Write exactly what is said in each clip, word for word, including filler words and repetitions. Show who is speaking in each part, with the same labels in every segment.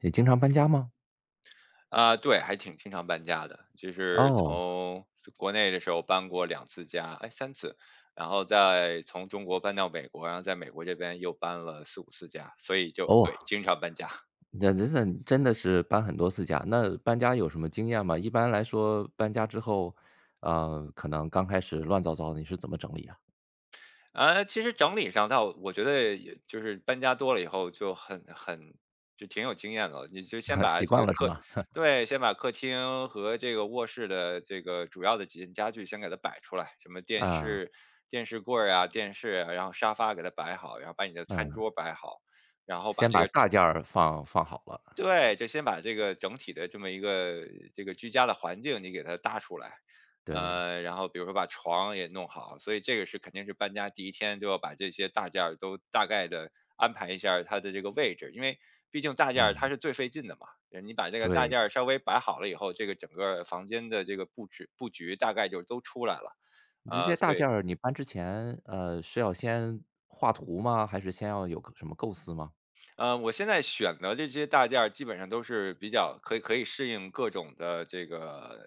Speaker 1: 也经常搬家吗？
Speaker 2: 啊，对，还挺经常搬家的，就是
Speaker 1: 哦。
Speaker 2: 从就国内的时候搬过两次家，哎，三次。然后再从中国搬到美国，然后在美国这边又搬了四五次家，所以就
Speaker 1: 哦。
Speaker 2: 对，经常搬家。
Speaker 1: 那真的真的是搬很多次家。那搬家有什么经验吗？一般来说搬家之后，呃，可能刚开始乱糟糟的，你是怎么整理啊？
Speaker 2: 啊，其实整理上倒我觉得也就是搬家多了以后就很很就挺有经验了。你就先 把
Speaker 1: 习
Speaker 2: 这
Speaker 1: 惯
Speaker 2: 个
Speaker 1: 了是
Speaker 2: 客
Speaker 1: 吧？
Speaker 2: 对，先把客厅和这个卧室的这个主要的几件家具先给它摆出来，什么电
Speaker 1: 啊。
Speaker 2: 视、电视柜儿啊、电视啊，然后沙发给它摆好，然后把你的餐
Speaker 1: 嗯。
Speaker 2: 桌摆好。然后把
Speaker 1: 先
Speaker 2: 这
Speaker 1: 把
Speaker 2: 个
Speaker 1: 大件儿放放好了。
Speaker 2: 对，就先把这个整体的这么一个这个居家的环境你给它搭出来。
Speaker 1: 对。
Speaker 2: 呃，然后比如说把床也弄好，所以这个是肯定是搬家第一天就要把这些大件儿都大概的安排一下儿它的这个位置，因为毕竟大件儿它
Speaker 1: 嗯。
Speaker 2: 是最费劲的嘛。呃你把这个大
Speaker 1: 对。
Speaker 2: 件儿稍微摆好了以后，这个整个房间的这个布置布局大概就都出来了。
Speaker 1: 你这
Speaker 2: 呃，
Speaker 1: 些
Speaker 2: 所
Speaker 1: 大
Speaker 2: 以
Speaker 1: 件儿你搬之前，呃，是要先画图吗？还是先要有个什么构思吗？
Speaker 2: 呃，我现在选的这些大件儿基本上都是比较可以可以适应各种的这个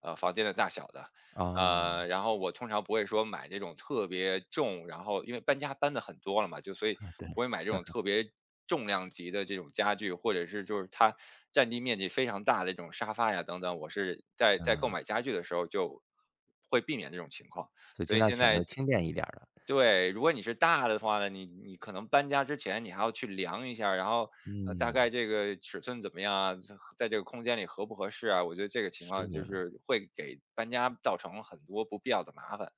Speaker 2: 呃房间的大小的。
Speaker 1: 哦。
Speaker 2: 呃，然后我通常不会说买这种特别重，然后因为搬家搬的很多了嘛，就所以
Speaker 1: 啊，对。
Speaker 2: 不会买这种特别重量级的这种家具，或者是就是它占地面积非常大的这种沙发呀等等，我是在在购
Speaker 1: 嗯。
Speaker 2: 买家具的时候就会避免这种情况。
Speaker 1: 所以
Speaker 2: 所
Speaker 1: 尽
Speaker 2: 以
Speaker 1: 量
Speaker 2: 现
Speaker 1: 选
Speaker 2: 在
Speaker 1: 择轻便一点儿的。
Speaker 2: 对，如果你是大的话呢，你你可能搬家之前你还要去量一下，然后呃大概
Speaker 1: 嗯。
Speaker 2: 这个尺寸怎么样啊，这在这个空间里合不合适啊？我觉得这个情况就
Speaker 1: 是。
Speaker 2: 是会给搬家造成很多不必要的麻烦。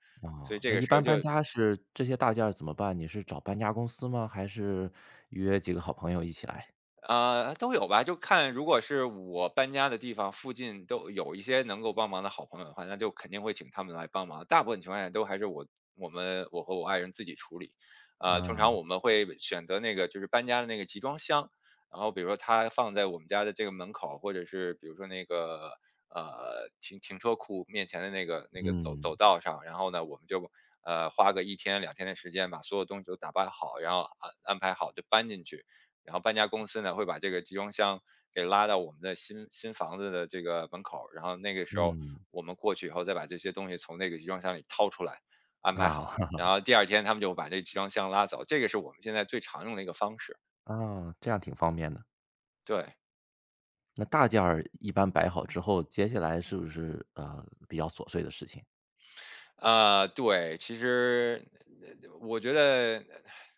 Speaker 2: 所
Speaker 1: 啊，
Speaker 2: 以这
Speaker 1: 那
Speaker 2: 个
Speaker 1: 一
Speaker 2: 时候
Speaker 1: 般搬
Speaker 2: 就
Speaker 1: 家是这些大件儿怎么办？你是找搬家公司吗？还是约几个好朋友一起来？
Speaker 2: 啊，都有吧，就看如果是我搬家的地方附近都有一些能够帮忙的好朋友的话，那就肯定会请他们来帮忙。大部分情况下都还是我我们我和我爱人自己处理。呃，通常
Speaker 1: 啊。
Speaker 2: 我们会选择那个就是搬家的那个集装箱，然后比如说它放在我们家的这个门口，或者是比如说那个呃停停车库面前的那个那个走
Speaker 1: 嗯。
Speaker 2: 走道上，然后呢我们就呃花个一天两天的时间把所有东西都打包好，然后安安排好就搬进去。然后搬家公司呢会把这个集装箱给拉到我们的新新房子的这个门口儿，然后那个时候
Speaker 1: 嗯。
Speaker 2: 我们过去以后再把这些东西从那个集装箱里掏出来，安排
Speaker 1: 啊
Speaker 2: 好，然 后第二天他们就把这个集装箱拉走，这个是我们现在最常用的一个方式，
Speaker 1: 啊，这样挺方便的。
Speaker 2: 对。
Speaker 1: 那大件儿一般摆好之后，接下来是不是，呃，比较琐碎的事情？
Speaker 2: 呃，对，其实呃我觉得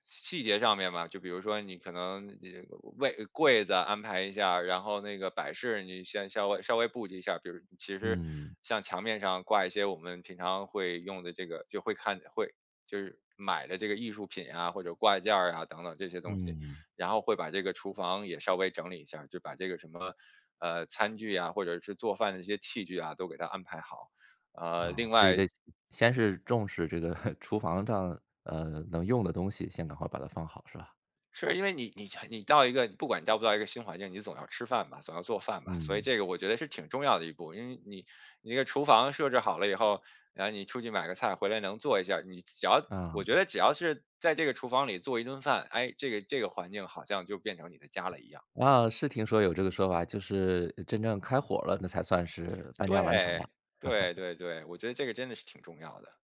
Speaker 2: 细节上面嘛，就比如说你可能这个位柜子安排一下，然后那个摆饰你先稍微稍微布置一下，比如其实
Speaker 1: 嗯。
Speaker 2: 像墙面上挂一些我们平常会用的这个，就会看会就是买的这个艺术品啊，或者挂件儿啊等等这些东西，
Speaker 1: 嗯。
Speaker 2: 然后会把这个厨房也稍微整理一下，就把这个什么呃餐具啊，或者是做饭的一些器具啊，都给它安排好。呃，
Speaker 1: 啊，
Speaker 2: 另
Speaker 1: 所以
Speaker 2: 外
Speaker 1: 得先是重视这个 厨房上，呃，能用的东西，先赶快把它放好，是吧？
Speaker 2: 是因为你你你到一个，不管你到不到一个新环境，你总要吃饭吧，总要做饭吧，所以
Speaker 1: 嗯。
Speaker 2: 这个我觉得是挺重要的一步。因为你你那个厨房设置好了以后，然后你出去买个菜回来能做一下，你只要我
Speaker 1: 啊。
Speaker 2: 觉得只要是在这个厨房里做一顿饭，哎，这个这个环境好像就变成你的家了一样。
Speaker 1: 啊，是听说有这个说法，就是真正开火了，那才算是搬家完成
Speaker 2: 对
Speaker 1: 了。
Speaker 2: 对对对，我觉得这个真的是挺重要的。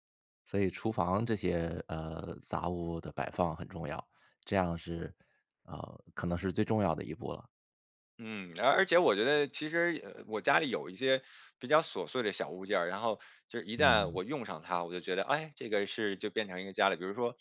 Speaker 1: 所以厨房这些，呃，杂物的摆放很重要，这样是，呃，可能是最重要的一步了。
Speaker 2: 嗯，而而且我觉得其实，呃，我家里有一些比较琐碎的小物件儿，然后就是一旦
Speaker 1: 嗯。
Speaker 2: 我用上它，我就觉得，哎，这个是就变成一个家里，比如说，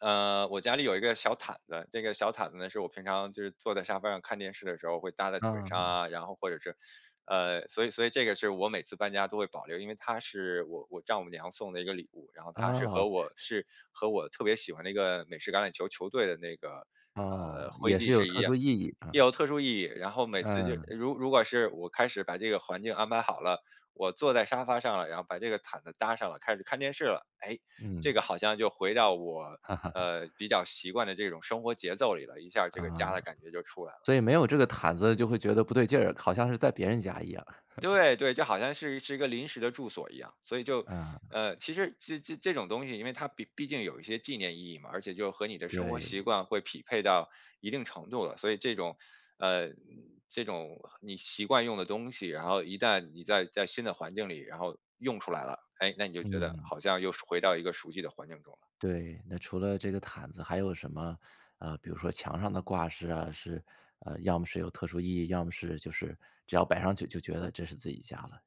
Speaker 2: 呃，我家里有一个小毯子。这个小毯子呢，是我平常就是坐在沙发上看电视的时候会搭在腿上
Speaker 1: 啊。
Speaker 2: 啊，然后或者是，呃，所以所以这个是我每次搬家都会保留，因为它是我我丈母娘送的一个礼物，然后它是和
Speaker 1: 哦。
Speaker 2: 我是和我特别喜欢的一个美式橄榄球球队的那个呃
Speaker 1: 哦，
Speaker 2: 徽
Speaker 1: 也
Speaker 2: 记
Speaker 1: 是有
Speaker 2: 是一
Speaker 1: 特
Speaker 2: 样。
Speaker 1: 殊意义啊。
Speaker 2: 有特殊意义。然后每次就
Speaker 1: 嗯。
Speaker 2: 如如果是我开始把这个环境安排好了，我坐在沙发上了，然后把这个毯子搭上了，开始看电视了，哎，这
Speaker 1: 嗯。
Speaker 2: 个好像就回到我
Speaker 1: 哈哈哈。
Speaker 2: 呃比较习惯的这种生活节奏里了，一下儿这个家的
Speaker 1: 啊，
Speaker 2: 感觉就出来了。
Speaker 1: 所以没有这个毯子就会觉得不对劲儿，好像是在别人家一样。
Speaker 2: 对对，就好像是是一个临时的住所一样，所以就，
Speaker 1: 啊，
Speaker 2: 呃，其实这这这种东西，因为它毕毕竟有一些纪念意义嘛，而且就和你的生活习
Speaker 1: 对。
Speaker 2: 惯会匹配到一定程度了，所以这种，呃，这种你习惯用的东西，然后一旦你在在新的环境里，然后用出来了，哎，那你就觉得
Speaker 1: 嗯。
Speaker 2: 好像又是回到一个熟悉的环境中。
Speaker 1: 对，那除了这个毯子，还有什么，呃，比如说墙上的挂饰啊，是，呃，要么是有特殊意义，要么是就是只要摆上去就觉得这是自己家了。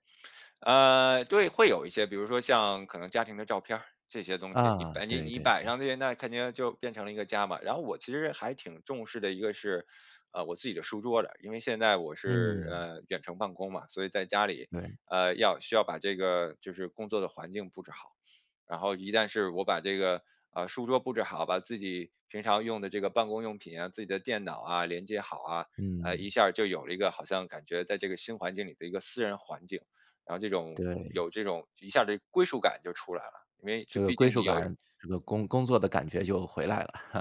Speaker 2: 呃，对，会有一些，比如说像可能家庭的照片儿这些东西，你
Speaker 1: 啊，
Speaker 2: 摆你
Speaker 1: 对
Speaker 2: 你
Speaker 1: 对
Speaker 2: 摆
Speaker 1: 对。
Speaker 2: 上去，那肯定就变成了一个家嘛。然后我其实还挺重视的一个是，呃，我自己的书桌的，因为现在我是
Speaker 1: 嗯。
Speaker 2: 呃远程办公嘛，所以在家里
Speaker 1: 对。
Speaker 2: 呃要需要把这个就是工作的环境布置好。然后一旦是我把这个呃书桌布置好，把自己平常用的这个办公用品啊、自己的电脑啊连接好啊，呃
Speaker 1: 嗯。
Speaker 2: 一下儿就有了一个好像感觉在这个新环境里的一个私人环境。然后这种，
Speaker 1: 对，
Speaker 2: 有这种一下这归属感就出来了，因为就
Speaker 1: 这个
Speaker 2: 毕
Speaker 1: 归
Speaker 2: 竟你
Speaker 1: 属
Speaker 2: 有，
Speaker 1: 感，这个工工作的感觉就回来了。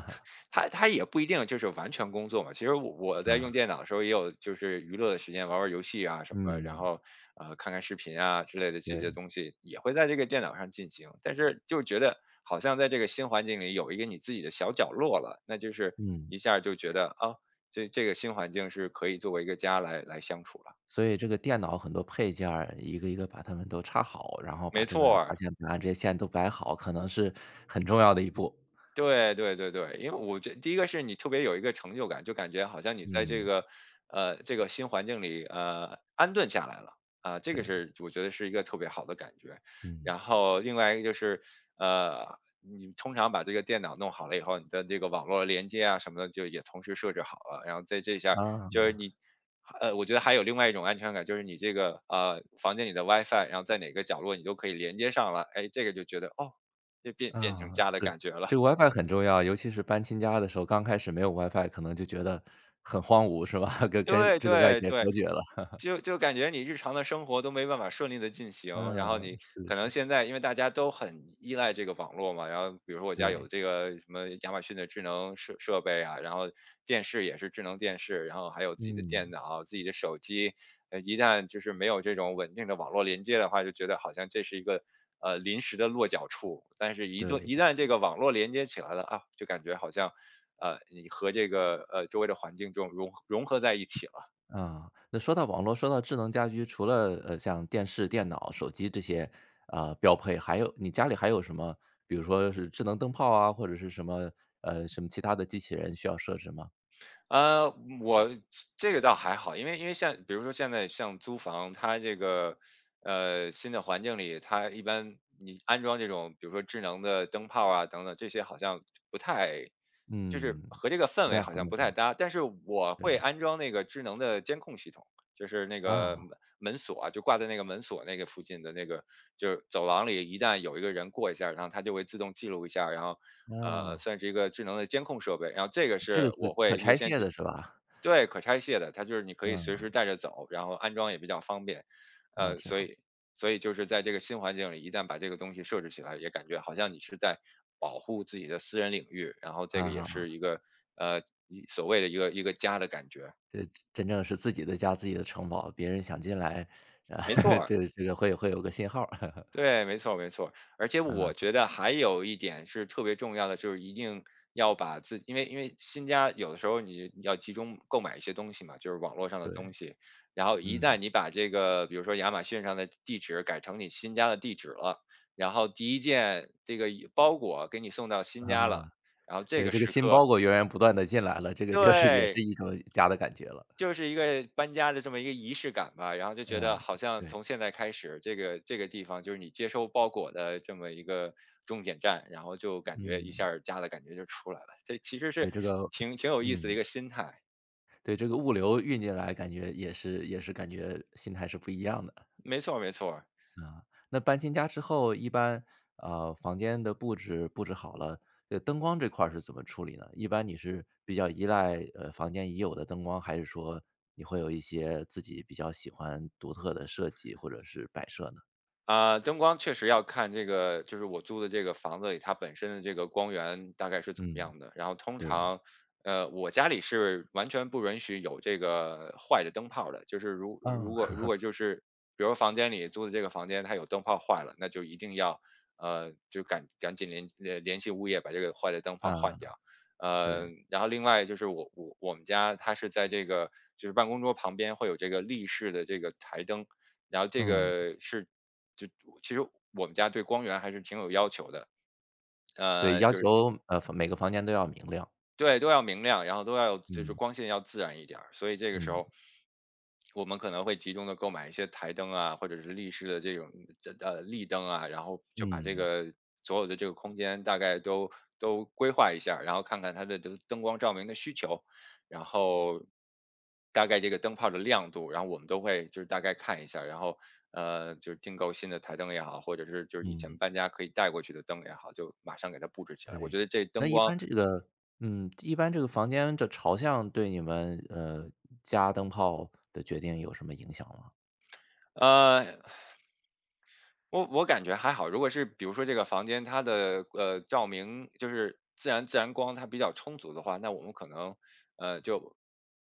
Speaker 2: 它它也不一定就是完全工作嘛。其实我我在
Speaker 1: 啊。
Speaker 2: 用电脑的时候也有就是娱乐的时间，玩玩游戏啊什么，然
Speaker 1: 嗯。
Speaker 2: 后，呃，看看视频啊之类的这
Speaker 1: 对。
Speaker 2: 些东西，也会在这个电脑上进行。但是就觉得好像在这个新环境里有一个你自己的小角落了，那就是
Speaker 1: 嗯。
Speaker 2: 一下就觉得，啊，这这个新环境是可以作为一个家来来相处了。
Speaker 1: 所以这个电脑很多配件儿，一个一个把它们都插好，然后
Speaker 2: 没
Speaker 1: 把这个
Speaker 2: 错，
Speaker 1: 插线板啊这些线都摆好，可能是很重要的一步。
Speaker 2: 对对对对，因为我觉第一个是你特别有一个成就感，就感觉好像你在这
Speaker 1: 嗯。
Speaker 2: 个，呃，这个新环境里，呃，安顿下来了，啊、这个
Speaker 1: 对。
Speaker 2: 是我觉得是一个特别好的感觉。
Speaker 1: 嗯。
Speaker 2: 然后另外一个就是，呃，你通常把这个电脑弄好了以后，你的这个网络连接啊什么的就也同时设置好了，然后在这下就是
Speaker 1: 啊。
Speaker 2: 你。呃，我觉得还有另外一种安全感，就是你这个呃房间里的 WiFi,然后在哪个角落你都可以连接上了，哎，这个就觉得哦，就变变成
Speaker 1: 啊，
Speaker 2: 家的
Speaker 1: 是，
Speaker 2: 感觉了。
Speaker 1: 这个 WiFi 很重要，尤其是搬新家的时候，刚开始没有 WiFi，可能就觉得很荒芜，是吧？跟跟
Speaker 2: 对
Speaker 1: 这个外
Speaker 2: 对
Speaker 1: 界
Speaker 2: 对，
Speaker 1: 隔绝了。
Speaker 2: 就就感觉你日常的生活都没办法顺利的进行，然后
Speaker 1: 嗯，
Speaker 2: 你
Speaker 1: 是
Speaker 2: 可能
Speaker 1: 是。
Speaker 2: 现在因为大家都很依赖这个网络嘛，然后比如说我家有
Speaker 1: 对。
Speaker 2: 这个什么亚马逊的智能设设备啊，然后电视也是智能电视，然后还有自己的
Speaker 1: 嗯。
Speaker 2: 电脑、自己的手机，呃，一旦就是没有这种稳定的网络连接的话，就觉得好像这是一个呃临时的落脚处，但是一
Speaker 1: 对
Speaker 2: 旦一
Speaker 1: 的。
Speaker 2: 旦这个网络连接起来了啊，就感觉好像。呃，你和这个呃周围的环境中融融合在一起了，
Speaker 1: 啊，那说到网络，说到智能家居，除了，呃，像电视、电脑、手机这些，啊，呃标配，还有你家里还有什么，比如说是智能灯泡啊，或者是什么，呃，什么其他的机器人需要设置吗？
Speaker 2: 呃，我这个倒还好，因为因为像比如说现在像租房，它这个呃新的环境里，它一般你安装这种比如说智能的灯泡啊等等这些好像不太，就是
Speaker 1: 嗯。
Speaker 2: 和这个氛
Speaker 1: 不
Speaker 2: 围
Speaker 1: 太好
Speaker 2: 好像
Speaker 1: 弄
Speaker 2: 不太
Speaker 1: 啊。
Speaker 2: 搭。但是我会
Speaker 1: 对。
Speaker 2: 安装那个智能的监控系统，就是那个
Speaker 1: 啊。
Speaker 2: 门门锁啊，就挂在那个门锁那个附近的那个，就是走廊里一旦有一个人过一下，然后它就会自动记录一下，然后呃
Speaker 1: 哦。
Speaker 2: 算是一个智能的监控设备。然后这个
Speaker 1: 这个
Speaker 2: 是我
Speaker 1: 是可
Speaker 2: 会优
Speaker 1: 拆
Speaker 2: 先
Speaker 1: 卸
Speaker 2: 去
Speaker 1: 的是吧？
Speaker 2: 对，可拆卸的，它就是你可以随时
Speaker 1: 嗯。
Speaker 2: 带着走，然后安装也比较方便。
Speaker 1: 那
Speaker 2: 呃，
Speaker 1: 挺
Speaker 2: 所
Speaker 1: 好。
Speaker 2: 以所以就是在这个新环境里，一旦把这个东西设置起来，也感觉好像你是在保护自己的私人领域，然后这个也
Speaker 1: 啊，
Speaker 2: 是一个，呃，一所谓的一个一个家的感觉，
Speaker 1: 这真正是自己的家、自己的城堡，别人想进来，啊，
Speaker 2: 没 错
Speaker 1: 这这个会会有个信号儿。
Speaker 2: 对，没错没错。而且我
Speaker 1: 啊。
Speaker 2: 觉得还有一点是特别重要的，就是一定要把自己因为因为新家有的时候你要集中购买一些东西嘛，就是网络上的东
Speaker 1: 对。
Speaker 2: 西。然后一旦
Speaker 1: 嗯。
Speaker 2: 你把这个，比如说亚马逊上的地址改成你新家的地址了，然后第一件这个包裹给你送到新家了，
Speaker 1: 啊，
Speaker 2: 然后这
Speaker 1: 对，
Speaker 2: 个
Speaker 1: 这个
Speaker 2: 时
Speaker 1: 新
Speaker 2: 刻
Speaker 1: 包裹源源不断的进来了，这个就是也是
Speaker 2: 对，
Speaker 1: 一种家的感觉了。
Speaker 2: 就是一个搬家的这么一个仪式感吧，然后就觉
Speaker 1: 嗯。
Speaker 2: 得好像
Speaker 1: 对。
Speaker 2: 从现在开始，这个这个地方就是你接收包裹的这么一个终点站，然后就感觉一下
Speaker 1: 嗯。
Speaker 2: 儿家的感觉就出来了，这其实
Speaker 1: 所
Speaker 2: 是
Speaker 1: 以这个。
Speaker 2: 挺挺有意思的一
Speaker 1: 嗯。
Speaker 2: 个心态，
Speaker 1: 对，这个物流运进来感觉也是也是感觉心态是不一样的。
Speaker 2: 没错儿没错儿。
Speaker 1: 啊，那搬新家之后，一般，呃，房间的布置布置好了，这灯光这块儿是怎么处理呢？一般你是比较依赖，呃，房间已有的灯光，还是说你会有一些自己比较喜欢独特的设计或者是摆设呢？
Speaker 2: 啊，灯光确实要看这个，就是我租的这个房子里，它本身的这个光源大概是怎么
Speaker 1: 嗯。
Speaker 2: 样的。然后通
Speaker 1: 对。
Speaker 2: 常，呃，我家里是完全不允许有这个坏的灯泡的，就是如如
Speaker 1: 嗯。
Speaker 2: 果如果就是比如房间里租的这个房间它有灯泡坏了，那就一定要呃就赶赶紧联联联系物业把这个坏的灯泡换
Speaker 1: 啊，
Speaker 2: 掉。呃，
Speaker 1: 对。
Speaker 2: 然后另外就是我我我们家它是在这个就是办公桌旁边会有这个立式的这个台灯，然后这
Speaker 1: 嗯，
Speaker 2: 个是就其实我们家对光源还是挺有要求的。
Speaker 1: 所以
Speaker 2: 呃，
Speaker 1: 要
Speaker 2: 就是
Speaker 1: 求，呃，每个房间都要明亮。
Speaker 2: 对，都要明亮，然后都要就是
Speaker 1: 嗯。
Speaker 2: 光线要自然一点儿，所以这个时
Speaker 1: 嗯。
Speaker 2: 候，我们可能会集中的购买一些台灯啊，或者是立式的这种这呃，立灯啊，然后就把这
Speaker 1: 嗯。
Speaker 2: 个所有的这个空间大概都都规划一下儿然后看看它的这个灯光照明的需求，然后大概这个灯泡的亮度，然后我们都会就是大概看一下儿然后，呃，就是订购新的台灯也好，或者是就是以
Speaker 1: 嗯。
Speaker 2: 前搬家可以带过去的灯也好，就马上给它布置起来。我觉
Speaker 1: 对，
Speaker 2: 得这
Speaker 1: 那
Speaker 2: 灯
Speaker 1: 一
Speaker 2: 光
Speaker 1: 般这个。嗯，一般这个房间的朝向对你们，呃，加灯泡的决定有什么影响吗？
Speaker 2: 呃我我感觉还好，如果是比如说这个房间它的呃照明就是自然自然光它比较充足的话，那我们可能呃，就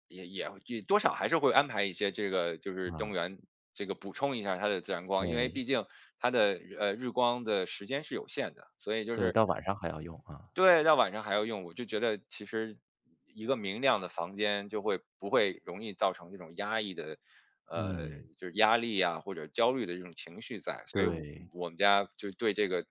Speaker 2: 也也也多少还是会安排一些这个就是灯
Speaker 1: 啊。
Speaker 2: 源，这个补充一下它的自然光，因为
Speaker 1: 对。
Speaker 2: 毕竟它的呃日光的时间是有限的，所以就
Speaker 1: 对，
Speaker 2: 是
Speaker 1: 到晚上还要用啊。
Speaker 2: 对，到晚上还要用，我就觉得其实一个明亮的房间就会不会容易造成这种压抑的，呃，
Speaker 1: 嗯。
Speaker 2: 就是压力啊或者焦虑的这种情绪在，所以我
Speaker 1: 对。
Speaker 2: 我们家就对这个，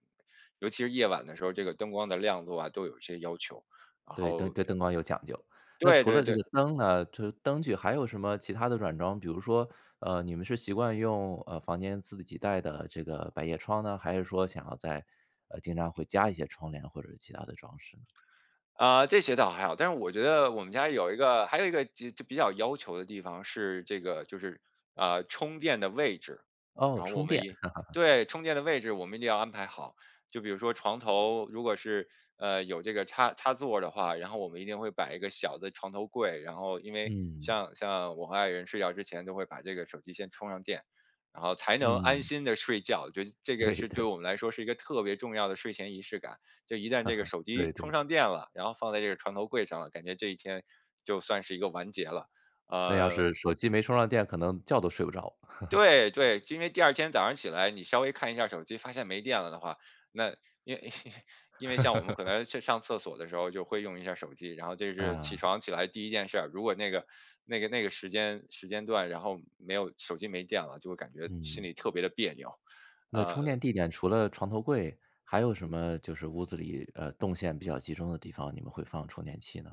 Speaker 2: 尤其是夜晚的时候，这个灯光的亮度啊都有一些要求，然
Speaker 1: 对，灯
Speaker 2: 后
Speaker 1: 对灯光有讲究。那
Speaker 2: 对
Speaker 1: 除
Speaker 2: 对
Speaker 1: 了这
Speaker 2: 对，
Speaker 1: 个灯呢，就是灯具还有什么其他的软装？比如说，呃，你们是习惯用，呃，房间自己带的这个百叶窗呢？还是说想要在呃，经常会加一些窗帘或者是其他的装饰呢？
Speaker 2: 啊，这些倒还好，但是我觉得我们家有一个还有一个就就比较要求的地方是这个就是，呃，充电的位置，
Speaker 1: 哦，
Speaker 2: 然后我
Speaker 1: 充
Speaker 2: 们
Speaker 1: 电。
Speaker 2: 也对，充电的位置我们一定要安排好。就比如说床头如果是，呃，有这个插插座的话，然后我们一定会摆一个小的床头柜，然后因为
Speaker 1: 嗯。
Speaker 2: 像像我和爱人睡觉之前都会把这个手机先充上电，然后才能安
Speaker 1: 嗯。
Speaker 2: 心的睡觉，觉得这个
Speaker 1: 对
Speaker 2: 是对
Speaker 1: 对
Speaker 2: 我们 来说是一个特别重要的睡前仪式感。就一旦这个手机
Speaker 1: 对
Speaker 2: 充
Speaker 1: 对
Speaker 2: 上
Speaker 1: 对，
Speaker 2: 电了，然后放在这个床头柜上了，感觉这一天就算是一个完结了。
Speaker 1: 那要
Speaker 2: 呃，
Speaker 1: 是手机没充上电，可能觉都睡不着。
Speaker 2: 对对，因为第二天早上起来，你稍微看一下手机，发现没电了的话，那因为 因为像我们可能去上厕所的时候就会用一下手机，然后这是起
Speaker 1: 啊。
Speaker 2: 床起来第一件事儿。如果那个那个那个时间时间段，然后没有手机没电了，就会感觉心
Speaker 1: 嗯，
Speaker 2: 里特别的别扭。
Speaker 1: 那充
Speaker 2: 呃。
Speaker 1: 电地点除了床头柜，还有什么就是屋子里，呃，动线比较集中的地方，你们会放充电器呢？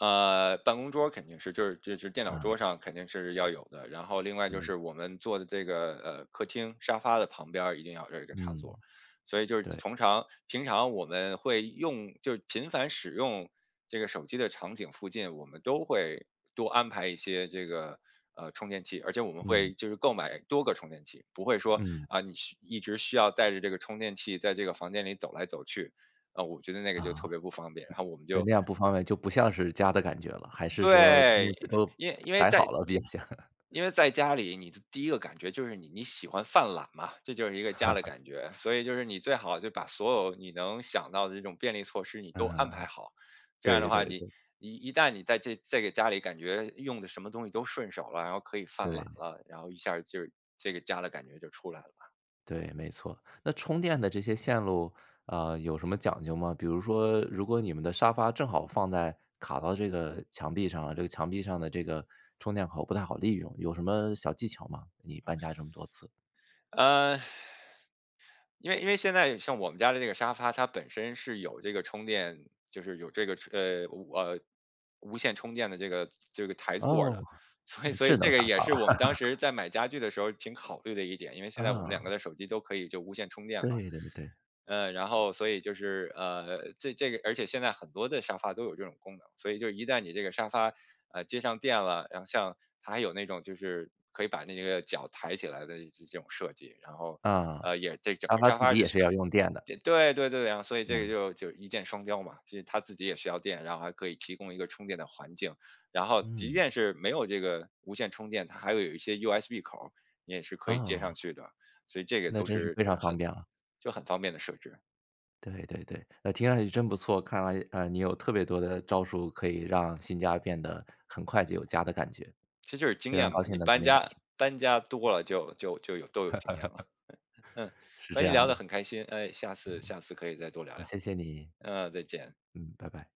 Speaker 2: 呃，办公桌肯定是，就是就是电脑桌
Speaker 1: 啊。
Speaker 2: 上肯定是要有的。然后另外就
Speaker 1: 对。
Speaker 2: 是我们坐的这个呃客厅沙发的旁边儿一定要有一个插
Speaker 1: 嗯。
Speaker 2: 座，所以就是
Speaker 1: 对。
Speaker 2: 通常平常我们会用，就是频繁使用这个手机的场景附近，我们都会多安排一些这个呃充电器，而且我们
Speaker 1: 嗯。
Speaker 2: 会就是购买多个充电器，不会说
Speaker 1: 嗯。
Speaker 2: 啊、你需一直需要带着这个充电器在这个房间里走来走去，啊、我觉得那个就特
Speaker 1: 啊。
Speaker 2: 别不方便。然后我们
Speaker 1: 对，
Speaker 2: 就
Speaker 1: 那样不方便，就不像是家的感觉了，还是说充
Speaker 2: 对，
Speaker 1: 电器都
Speaker 2: 因为因为
Speaker 1: 摆
Speaker 2: 在
Speaker 1: 好了比较像？
Speaker 2: 因为在家里，你的第一个感觉就是你你喜欢犯懒嘛，这就是一个家的感觉。所以就是你最好就把所有你能想到的这种便利措施你都安排
Speaker 1: 啊。
Speaker 2: 好，这样的
Speaker 1: 对
Speaker 2: 话
Speaker 1: 对
Speaker 2: 你。
Speaker 1: 对
Speaker 2: 一一旦你在这这个家里感觉用的什么东西都顺手了，然后可以犯懒
Speaker 1: 对。
Speaker 2: 了，然后一下儿就是这个家的感觉就出来了。
Speaker 1: 对，没错。那充电的这些线路，呃，有什么讲究吗？比如说，如果你们的沙发正好放在卡到这个墙壁上了，这个墙壁上的这个充电口不太好利用，有什么小技巧吗？你搬家这么多次。
Speaker 2: 嗯。呃因为因为现在像我们家的这个沙发，它本身是有这个充电，就是有这个呃无呃无线充电的这个这个台座儿
Speaker 1: 哦。
Speaker 2: 的，所以所以
Speaker 1: 智
Speaker 2: 这
Speaker 1: 能
Speaker 2: 个
Speaker 1: 沙
Speaker 2: 也
Speaker 1: 发了。
Speaker 2: 是我们当时在买家具的时候挺考虑的一点，因为现在我们两个
Speaker 1: 啊，
Speaker 2: 的手机都可以就无线充电嘛，
Speaker 1: 对对对。
Speaker 2: 呃，然后所以就是呃这这个，而且现在很多的沙发都有这种功能，所以就一旦你这个沙发呃接上电了，然后像它还有那种就是可以把那个脚抬起来的这这种设计，然后。
Speaker 1: 啊，
Speaker 2: 呃，也这整
Speaker 1: 沙
Speaker 2: 个
Speaker 1: 发
Speaker 2: 沙
Speaker 1: 自
Speaker 2: 发
Speaker 1: 己
Speaker 2: 是
Speaker 1: 也
Speaker 2: 需
Speaker 1: 是要用电的。
Speaker 2: 对对对对啊，然后所以这个就就一箭双雕嘛。其实他自己也需要电，然后还可以提供一个充电的环境。然后即
Speaker 1: 嗯。
Speaker 2: 便是没有这个无线充电，它还有一些 U S B 口儿，你也是可以接上
Speaker 1: 哦。
Speaker 2: 去的。所以这个
Speaker 1: 那
Speaker 2: 都
Speaker 1: 真是
Speaker 2: 是
Speaker 1: 非常方
Speaker 2: 很
Speaker 1: 便了。
Speaker 2: 就很方便的设置，
Speaker 1: 对对对，那听上去真不错，看来，呃，你有特别多的招数可以让新家变得很快就有家的感觉。
Speaker 2: 其实就是经
Speaker 1: 非常
Speaker 2: 验嘛。
Speaker 1: 高兴
Speaker 2: 你
Speaker 1: 能
Speaker 2: 搬
Speaker 1: 跟你聊
Speaker 2: 家
Speaker 1: 天。
Speaker 2: 搬家多了就就就有都有经验了。嗯，
Speaker 1: 是
Speaker 2: 和
Speaker 1: 这
Speaker 2: 你
Speaker 1: 样
Speaker 2: 聊得
Speaker 1: 的。
Speaker 2: 很开心，哎，下次下次可以再多聊
Speaker 1: 好，
Speaker 2: 聊。
Speaker 1: 谢谢你。
Speaker 2: 嗯，再见。
Speaker 1: 嗯，拜拜。